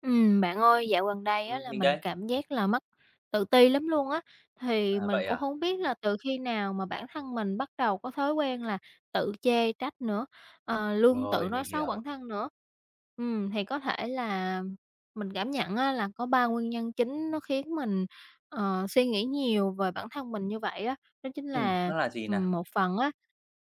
Bạn ơi, dạo gần đây á là Mình mình đây. cảm giác là mất tự ti lắm luôn á, thì À, mình vậy cũng à? hông biết là từ khi nào mà bản thân mình bắt đầu có thói quen là tự chê trách nữa, luôn tự Rồi, nói mình xấu hiểu. bản thân nữa. Thì có thể là mình cảm nhận á là có 3 nguyên nhân chính nó khiến mình, suy nghĩ nhiều về bản thân mình như vậy á. Đó chính là, Nó là gì nào? Một phần á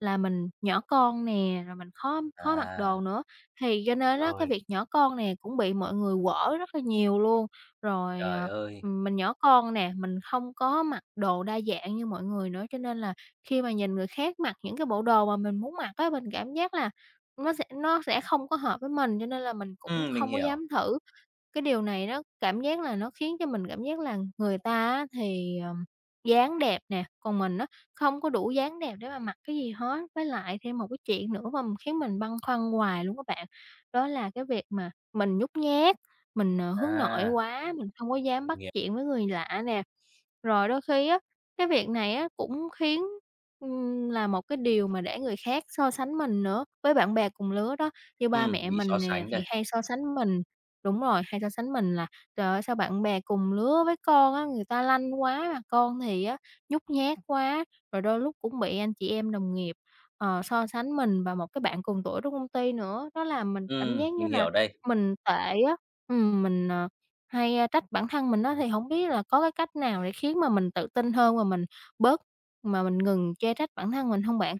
là mình nhỏ con nè, rồi mình khó khó mặc À, đồ nữa. Thì cho nên á, cái rồi, việc nhỏ con nè cũng bị mọi người quở rất là nhiều luôn. Rồi, trời ờ, ơi! Mình nhỏ con nè, mình không có mặc đồ đa dạng như mọi người nữa, cho nên là khi mà nhìn người khác mặc những cái bộ đồ mà mình muốn mặc á, mình cảm giác là nó sẽ không có hợp với mình, cho nên là mình cũng Mình không có hiểu. dám thử. Cái điều này nó cảm giác là nó khiến cho mình cảm giác là người ta á thì, dáng đẹp nè, còn mình á, không có đủ dáng đẹp để mà mặc cái gì hết. Với lại thêm một cái chuyện nữa mà khiến mình băn khoăn hoài luôn các bạn, đó là cái việc mà mình nhút nhát, mình, hướng nội À, quá, mình không có dám bắt mình hiểu. chuyện với người lạ nè. Rồi đôi khi á, cái việc này á cũng khiến là một cái điều mà để người khác so sánh mình nữa, với bạn bè cùng lứa đó. Như ba mẹ Bị so mình nè sánh thì đây. hay so sánh mình đúng rồi, hay so sánh mình là "Trời ơi, sao bạn bè cùng lứa với con á, người ta lanh quá mà con thì á, nhút nhát quá." Rồi đôi lúc cũng bị anh chị em đồng nghiệp, so sánh mình và một cái bạn cùng tuổi trong công ty nữa, nó làm mình cảm giác như Mình là hiểu đây. mình tệ á. Mình, hay, trách bản thân mình đó thì không biết là có cái cách nào để khiến mà mình tự tin hơn và mình bớt mà mình ngừng chê trách bản thân mình không bạn?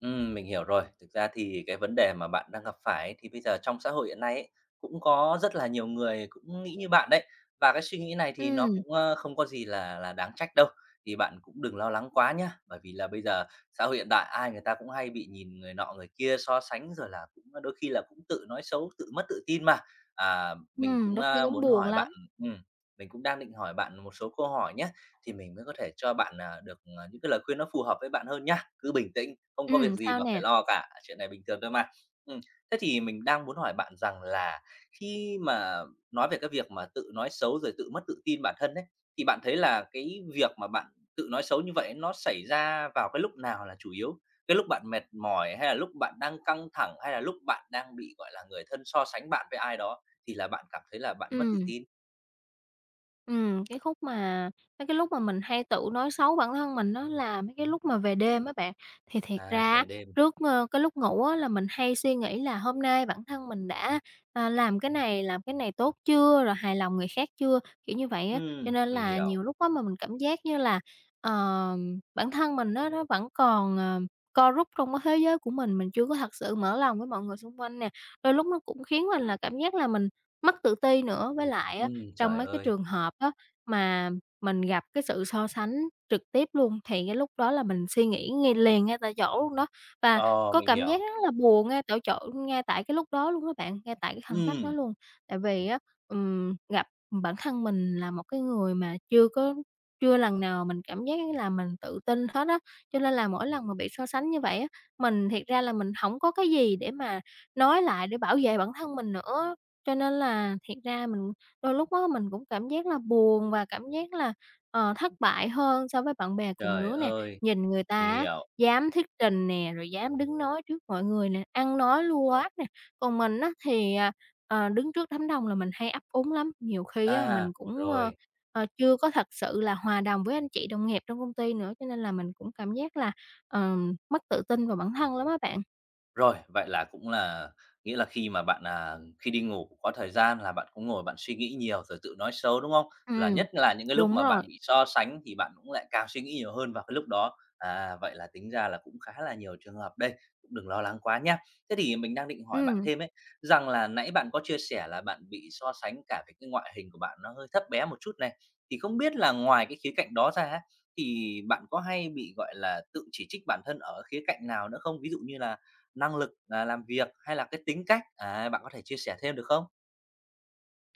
Mình hiểu rồi. Thực ra thì cái vấn đề mà bạn đang gặp phải ấy, thì bây giờ trong xã hội hiện nay ấy, cũng có rất là nhiều người cũng nghĩ như bạn đấy. Và cái suy nghĩ này thì nó Ừ, cũng, không có gì là đáng trách đâu, thì bạn cũng đừng lo lắng quá nhá. Bởi vì là bây giờ xã hội hiện đại ai người ta cũng hay bị nhìn người nọ người kia so sánh, rồi là cũng đôi khi là cũng tự nói xấu, tự mất tự tin mà. À, mình cũng, đôi khi cũng muốn buồn hỏi lắm. bạn ừm, mình cũng đang định hỏi bạn một số câu hỏi nhé, thì mình mới có thể cho bạn, được, những cái lời khuyên nó phù hợp với bạn hơn nhá. Cứ bình tĩnh, không có Ừ, việc gì sao mà phải nè? lo cả, chuyện này bình thường thôi mà. Ừm, Thế thì mình đang muốn hỏi bạn rằng là khi mà nói về cái việc mà tự nói xấu rồi tự mất tự tin bản thân đấy, thì bạn thấy là cái việc mà bạn tự nói xấu như vậy nó xảy ra vào cái lúc nào là chủ yếu? Cái lúc bạn mệt mỏi, hay là lúc bạn đang căng thẳng, hay là lúc bạn đang bị, gọi là, người thân so sánh bạn với ai đó thì là bạn cảm thấy là bạn mất tự Ừ. tin? Cái khúc mà mấy cái lúc mà mình hay tự nói xấu bản thân mình đó là mấy cái lúc mà về đêm á bạn. Thì thiệt À, ra á, về đêm. trước, cái lúc ngủ á là mình hay suy nghĩ là hôm nay bản thân mình đã, làm cái này tốt chưa, rồi hài lòng người khác chưa, kiểu như vậy á. Cho nên Mình là nhiều hiểu. lúc á mà mình cảm giác như là, ờ, bản thân mình á nó vẫn còn, co rúm trong cái thế giới của mình chưa có thật sự mở lòng với mọi người xung quanh nè. Đôi lúc nó cũng khiến mình là cảm giác là mình mất tự ti nữa, với lại á trong Trời mấy cái ơi! trường hợp á, mà mình gặp cái sự so sánh trực tiếp luôn, thì cái lúc đó là mình suy nghĩ ngay liền ngay tại chỗ luôn đó, và Ờ, có mình cảm giác hiểu. rất là buồn ngay tại chỗ ngay tại cái lúc đó luôn các bạn, ngay tại cái khoảnh khắc đó Ừm, luôn. Tại vì á, gặp bản thân mình là một cái người mà chưa lần nào mình cảm giác là mình tự tin hết á, cho nên là mỗi lần mà bị so sánh như vậy á, mình thiệt ra là mình không có cái gì để mà nói lại để bảo vệ bản thân mình nữa. Cho nên là thiệt ra mình đôi lúc á mình cũng cảm giác là buồn và cảm giác là, thất bại hơn so với bạn bè cùng trời lứa nè. ơi, Nhìn người ta mình á, hiểu. dám thuyết trình nè, rồi dám đứng nói trước mọi người nè, ăn nói lưu loát nè. Còn mình á thì, đứng trước đám đông là mình hay ấp úng lắm, nhiều khi á mình À, cũng, rồi. Chưa có thật sự là hòa đồng với anh chị đồng nghiệp trong công ty nữa, cho nên là mình cũng cảm giác là, mất tự tin vào bản thân lắm á bạn. Rồi, vậy là cũng là nghĩa là khi mà bạn, khi đi ngủ có thời gian là bạn cũng ngồi bạn suy nghĩ nhiều rồi tự nói xấu, đúng không? Là Ừm, nhất là những cái lúc đúng mà bạn rồi, bị so sánh thì bạn cũng lại càng suy nghĩ nhiều hơn vào cái lúc đó. À, vậy là tính ra là cũng khá là nhiều trường hợp đây, cũng đừng lo lắng quá nhá. Thế thì mình đang định hỏi bạn ừm. thêm ấy, rằng là nãy bạn có chia sẻ là bạn bị so sánh cả về cái ngoại hình của bạn nó hơi thấp bé một chút này, thì không biết là ngoài cái khía cạnh đó ra á, thì bạn có hay bị, gọi là, tự chỉ trích bản thân ở khía cạnh nào nữa không? Ví dụ như là năng lực, làm việc hay là cái tính cách? À, bạn có thể chia sẻ thêm được không?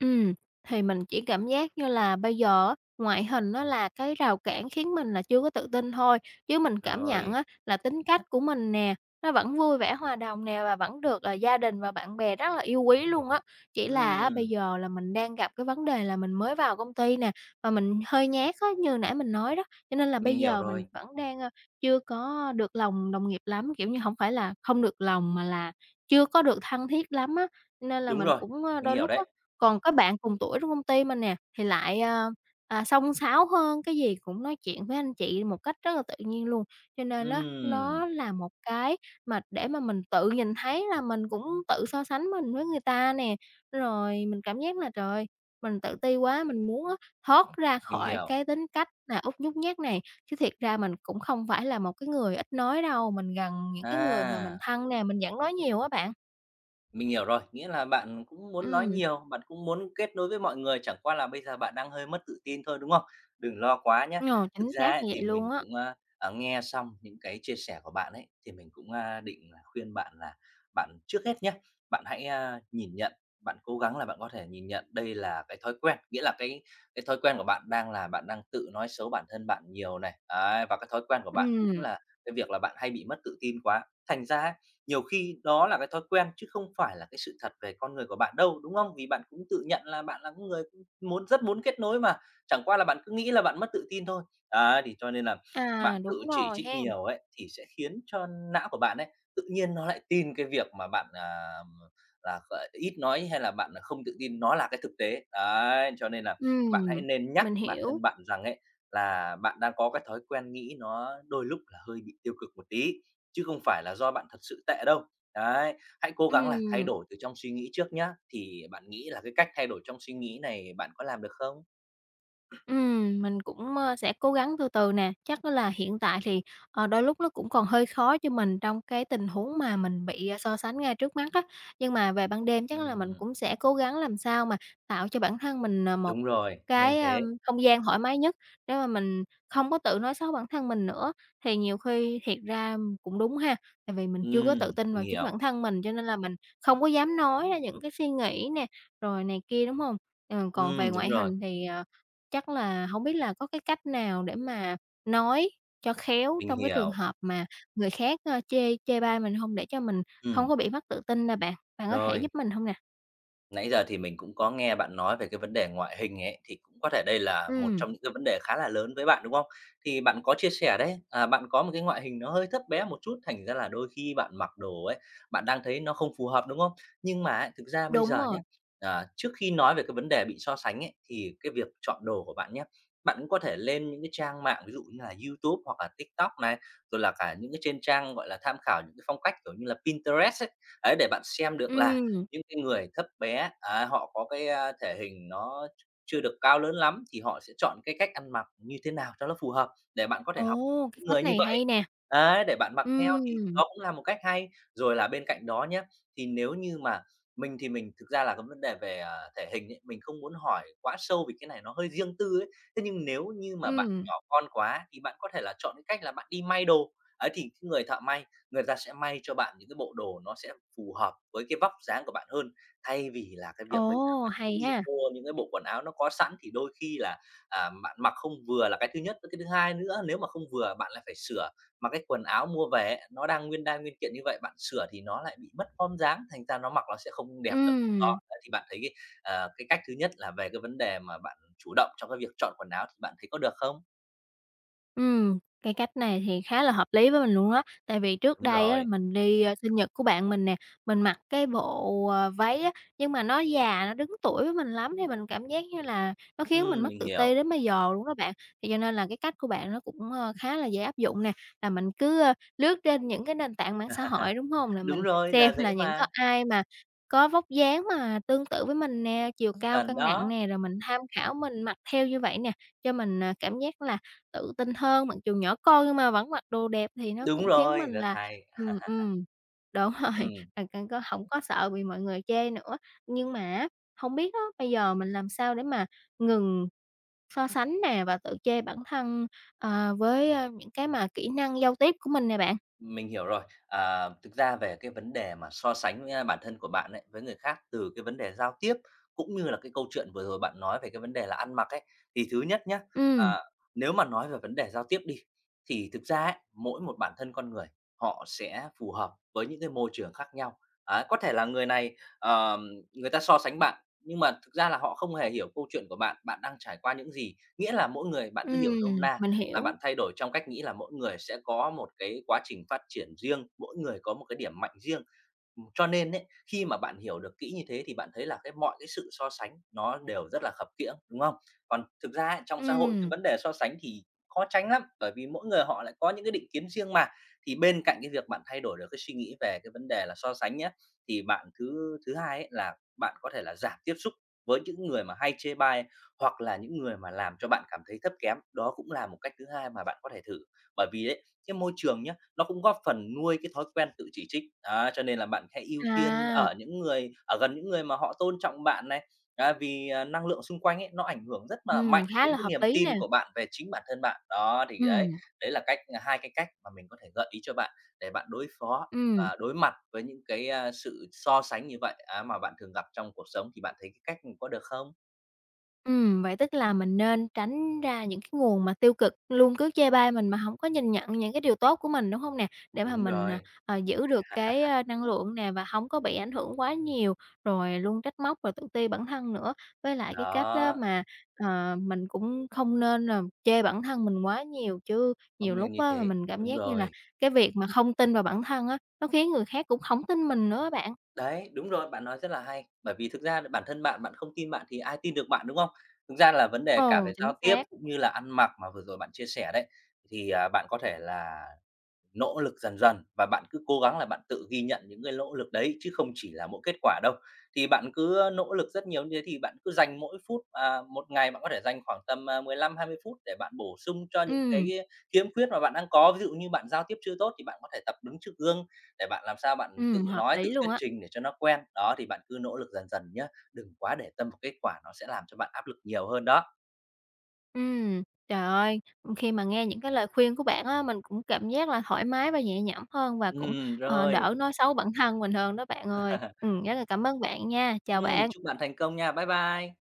Ừ, thì mình chỉ cảm giác như là bây giờ á, ngoại hình nó là cái rào cản khiến mình là chưa có tự tin thôi, chứ mình cảm nhận Rồi. á là tính cách của mình nè, nó vẫn vui vẻ hòa đồng nè và vẫn được, gia đình và bạn bè rất là yêu quý luôn á. Chỉ là á Ừm, bây giờ là mình đang gặp cái vấn đề là mình mới vào công ty nè, và mình hơi nhát á, như nãy mình nói đó, cho nên là bây mình hiểu giờ mình rồi. vẫn đang, chưa có được lòng đồng nghiệp lắm, kiểu như, không phải là không được lòng mà là chưa có được thân thiết lắm á. Nên là Đúng mình rồi, cũng, mình đôi hiểu lúc á đấy. còn có bạn cùng tuổi trong công ty mình nè, thì lại, xông xáo hơn, cái gì cũng nói chuyện với anh chị một cách rất là tự nhiên luôn. Cho nên nó Ừm, nó là một cái mà để mà mình tự nhìn thấy là mình cũng tự so sánh mình với người ta nè. Rồi mình cảm giác là, trời ơi, mình tự ti quá, mình muốn á, thoát ra mình khỏi hiểu. cái tính cách là út nhút nhát này. Chứ thiệt ra mình cũng không phải là một cái người ít nói đâu, mình gần những cái người mà mình À. thân nè, mình vẫn nói nhiều á bạn. Mình hiểu rồi, nghĩa là bạn cũng muốn nói Ừm, nhiều, bạn cũng muốn kết nối với mọi người, chẳng qua là bây giờ bạn đang hơi mất tự tin thôi, đúng không? Đừng lo quá nhé. đúng Thực chính ra xác ấy, như vậy thì luôn mình á. cũng, nghe xong những cái chia sẻ của bạn ấy, thì mình cũng, định là khuyên bạn là bạn trước hết nhé, bạn hãy, nhìn nhận, bạn cố gắng là bạn có thể nhìn nhận đây là cái thói quen, nghĩa là cái thói quen của bạn đang là bạn đang tự nói xấu bản thân bạn nhiều này, đấy, và cái thói quen của bạn cũng Ừm. là cái việc là bạn hay bị mất tự tin quá. Thành ra ấy, nhiều khi đó là cái thói quen chứ không phải là cái sự thật về con người của bạn đâu, đúng không? Vì bạn cũng tự nhận là bạn là con người cũng rất muốn kết nối mà, chẳng qua là bạn cứ nghĩ là bạn mất tự tin thôi. Đấy, thì cho nên là À, bạn đúng tự chỉ rồi trích hen. nhiều ấy, thì sẽ khiến cho não của bạn ấy, tự nhiên nó lại tin cái việc mà bạn, là, gọi, ít nói hay là bạn là không tự tin nó là cái thực tế. Đấy, cho nên là bạn hãy Ừm, nên nhắc mình bản hiểu. thân bạn rằng ấy, là bạn đang có cái thói quen nghĩ nó đôi lúc là hơi bị tiêu cực một tí chứ không phải là do bạn thật sự tệ đâu. Đấy, hãy cố gắng là thay Ừm. đổi từ trong suy nghĩ trước nhá. Thì bạn nghĩ là cái cách thay đổi trong suy nghĩ này bạn có làm được không? Mình cũng, sẽ cố gắng từ từ nè. Chắc á là hiện tại thì, đôi lúc nó cũng còn hơi khó cho mình trong cái tình huống mà mình bị, so sánh ngay trước mắt á. Nhưng mà về ban đêm chắc là mình Ừm, cũng sẽ cố gắng làm sao mà tạo cho bản thân mình, một đúng rồi, nên cái, thế. không gian thoải mái nhất để mà mình không có tự nói xấu bản thân mình nữa. Thì nhiều khi thiệt ra cũng đúng ha, tại vì mình chưa có tự tin Mình vào chính hiểu. bản thân mình, cho nên là mình không có dám nói ra những cái suy nghĩ nè, rồi này kia, đúng không? Còn về Đúng ngoại rồi, hình thì, chắc là không biết là có cái cách nào để mà nói cho khéo mình trong cái trường hiểu. hợp mà người khác, chê chê bai mình không? Để cho mình không Ừm, có bị mất tự tin nè bạn, bạn có thể rồi. giúp mình không nè? Nãy giờ thì mình cũng có nghe bạn nói về cái vấn đề ngoại hình ấy, thì cũng có thể đây là một Ừm, trong những cái vấn đề khá là lớn với bạn, đúng không? Thì bạn có chia sẻ đấy, bạn có một cái ngoại hình nó hơi thấp bé một chút, thành ra là đôi khi bạn mặc đồ ấy, bạn đang thấy nó không phù hợp, đúng không? Nhưng mà ấy, thực ra bây đúng giờ rồi, nhé, trước khi nói về cái vấn đề bị so sánh ấy, thì cái việc chọn đồ của bạn nhé, bạn cũng có thể lên những cái trang mạng ví dụ như là YouTube hoặc là TikTok này, rồi là cả những cái trên trang, gọi là, tham khảo những cái phong cách, kiểu như là, Pinterest ấy, ấy, để bạn xem được là ừm, những cái người thấp bé, họ có cái, thể hình nó chưa được cao lớn lắm thì họ sẽ chọn cái cách ăn mặc như thế nào cho nó phù hợp để bạn có thể học ồ, cái những cách người như này vậy. hay nè, Đấy, để bạn mặc theo thì ừm, đó cũng là một cách hay. Rồi là bên cạnh đó nhé, thì nếu như mà mình thực ra là cái vấn đề về, thể hình ấy, mình không muốn hỏi quá sâu vì cái này nó hơi riêng tư ấy. Thế nhưng nếu như mà bạn ừm, nhỏ con quá thì bạn có thể là chọn cái cách là bạn đi may đồ. Ấy, thì cái người thợ may người ta sẽ may cho bạn những cái bộ đồ nó sẽ phù hợp với cái vóc dáng của bạn hơn, thay vì là cái việc bây giờ ồ, bạn cứ hay đi ha, mua những cái bộ quần áo nó có sẵn thì đôi khi là, bạn mặc không vừa là cái thứ nhất, với cái thứ hai nữa nếu mà không vừa bạn lại phải sửa, mà cái quần áo mua về ấy, nó đang nguyên đai nguyên kiện như vậy, bạn sửa thì nó lại bị mất form dáng, thành ra nó mặc nó sẽ không đẹp được. ừm. Đó, thì bạn thấy cái cách thứ nhất là về cái vấn đề mà bạn chủ động trong cái việc chọn quần áo thì bạn thấy có được không? Ừm, cái cách này thì khá là hợp lý với mình luôn á. Tại vì trước Đúng đây á, rồi, mình đi, sinh nhật của bạn mình nè, mình mặc cái bộ, váy á, nhưng mà nó già, nó đứng tuổi với mình lắm, thì mình cảm giác như là nó khiến mình mất mình tự ti hiểu. đến bây giờ luôn đó bạn. Thì cho nên là cái cách của bạn nó cũng, khá là dễ áp dụng nè, là mình cứ, lướt trên những cái nền tảng mạng xã hội, đúng không? Là Đúng mình rồi, xem là là dễ những có mà, ai mà có vóc dáng mà tương tự với mình nè, chiều cao, chuẩn cân nặng đó. nè, rồi mình tham khảo, mình mặc theo như vậy nè, cho mình, cảm giác là tự tin hơn, mặc dù nhỏ con nhưng mà vẫn mặc đồ đẹp thì nó Đúng cũng khiến mình rồi, rất là hay. ừm, ừm, đúng rồi, Ừm, là càng có hổng có sợ bị mọi người chê nữa. Nhưng mà á, hông biết á, bây giờ mình làm sao để mà ngừng so sánh nè và tự chê bản thân, với, những cái mà kỹ năng giao tiếp của mình nè bạn? mình hiểu rồi. À, thực ra về cái vấn đề mà so sánh, bản thân của bạn ấy với người khác từ cái vấn đề giao tiếp, cũng như là cái câu chuyện vừa rồi bạn nói về cái vấn đề là ăn mặc ấy, thì thứ nhất nhá, Ừm, à, nếu mà nói về vấn đề giao tiếp đi, thì thực ra ấy, mỗi một bản thân con người họ sẽ phù hợp với những cái môi trường khác nhau. Ấy, có thể là người này, người ta so sánh bạn, nhưng mà thực ra là họ không hề hiểu câu chuyện của bạn, bạn đang trải qua những gì. Nghĩa là mỗi người bạn cứ hiểu nôm ừm, na mình là hiểu. bạn thay đổi trong cách nghĩ là mỗi người sẽ có một cái quá trình phát triển riêng, mỗi người có một cái điểm mạnh riêng. Cho nên ấy, khi mà bạn hiểu được kỹ như thế thì bạn thấy là cái mọi cái sự so sánh nó đều rất là khập khiễng, đúng không? Còn thực ra ấy, trong xã hội cái Ừm, vấn đề so sánh thì khó tránh lắm, bởi vì mỗi người họ lại có những cái định kiến riêng mà. Thì bên cạnh cái việc bạn thay đổi được cái suy nghĩ về cái vấn đề là so sánh nhé, thì bạn thứ thứ hai ấy là bạn có thể là giảm tiếp xúc với những người mà hay chê bai hoặc là những người mà làm cho bạn cảm thấy thấp kém, đó cũng là một cách thứ hai mà bạn có thể thử. Bởi vì đấy, cái môi trường nhá, nó cũng góp phần nuôi cái thói quen tự chỉ trích, á, cho nên là bạn hãy ưu tiên à, ở những người ở gần những người mà họ tôn trọng bạn này. Á, vì, năng lượng xung quanh ấy, nó ảnh hưởng rất là mạnh khá đến là cái hợp niềm lý nè. tin của bạn về chính bản thân bạn. Đó, thì đấy, Ừm, đấy là 2 cái cách mà mình có thể gợi ý cho bạn để bạn đối phó ừm. và đối mặt với những cái, sự so sánh như vậy, á, mà bạn thường gặp trong cuộc sống thì bạn thấy cái cách mình có được không? Vậy tức là mình nên tránh ra những cái nguồn mà tiêu cực, luôn cứ chê bai mình mà không có nhìn nhận những cái điều tốt của mình, đúng không nè? Để mà Đúng mình, rồi. Giữ được cái, À. Năng lượng nè và không có bị ảnh hưởng quá nhiều, rồi luôn trách móc rồi tự ti bản thân nữa. Với lại cái cách đó Đó, mà, mình cũng không nên là chê bản thân mình quá nhiều, chứ nhiều không lúc nên như á mà thế. mình cảm Đúng giác như là rồi. cái việc mà không tin vào bản thân á, nó khiến người khác cũng không tin mình nữa bạn. Đấy, đúng rồi, bạn nói rất là hay. Bởi vì thực ra là bản thân bạn, bạn không tin bạn thì ai tin được bạn, đúng không? Thực ra là vấn đề cả Ồ, về chính giao tiếp xác. cũng như là ăn mặc mà vừa rồi bạn chia sẻ đấy, thì, bạn có thể là nỗ lực dần dần và bạn cứ cố gắng là bạn tự ghi nhận những cái nỗ lực đấy chứ không chỉ là mỗi kết quả đâu. Thì bạn cứ nỗ lực rất nhiều như thế thì bạn cứ dành mỗi phút, một ngày bạn có thể dành khoảng tầm, 15-20 phút để bạn bổ sung cho những Ừm, cái khiếm khuyết mà bạn đang có. Ví dụ như bạn giao tiếp chưa tốt thì bạn có thể tập đứng trước gương để bạn làm sao bạn tự hợp nói, lý tự luôn thuyết á. trình để cho nó quen. Đó, thì bạn cứ nỗ lực dần dần nhé. Đừng quá để tâm vào kết quả nó sẽ làm cho bạn áp lực nhiều hơn đó. Ừm, trời ơi, khi mà nghe những cái lời khuyên của bạn á, mình cũng cảm giác là thoải mái và nhẹ nhõm hơn và cũng, Rồi. đỡ nói xấu bản thân mình hơn đó bạn ơi. Rất là cảm ơn bạn nha, chào Chúc bạn. bạn thành công nha. Bye bye.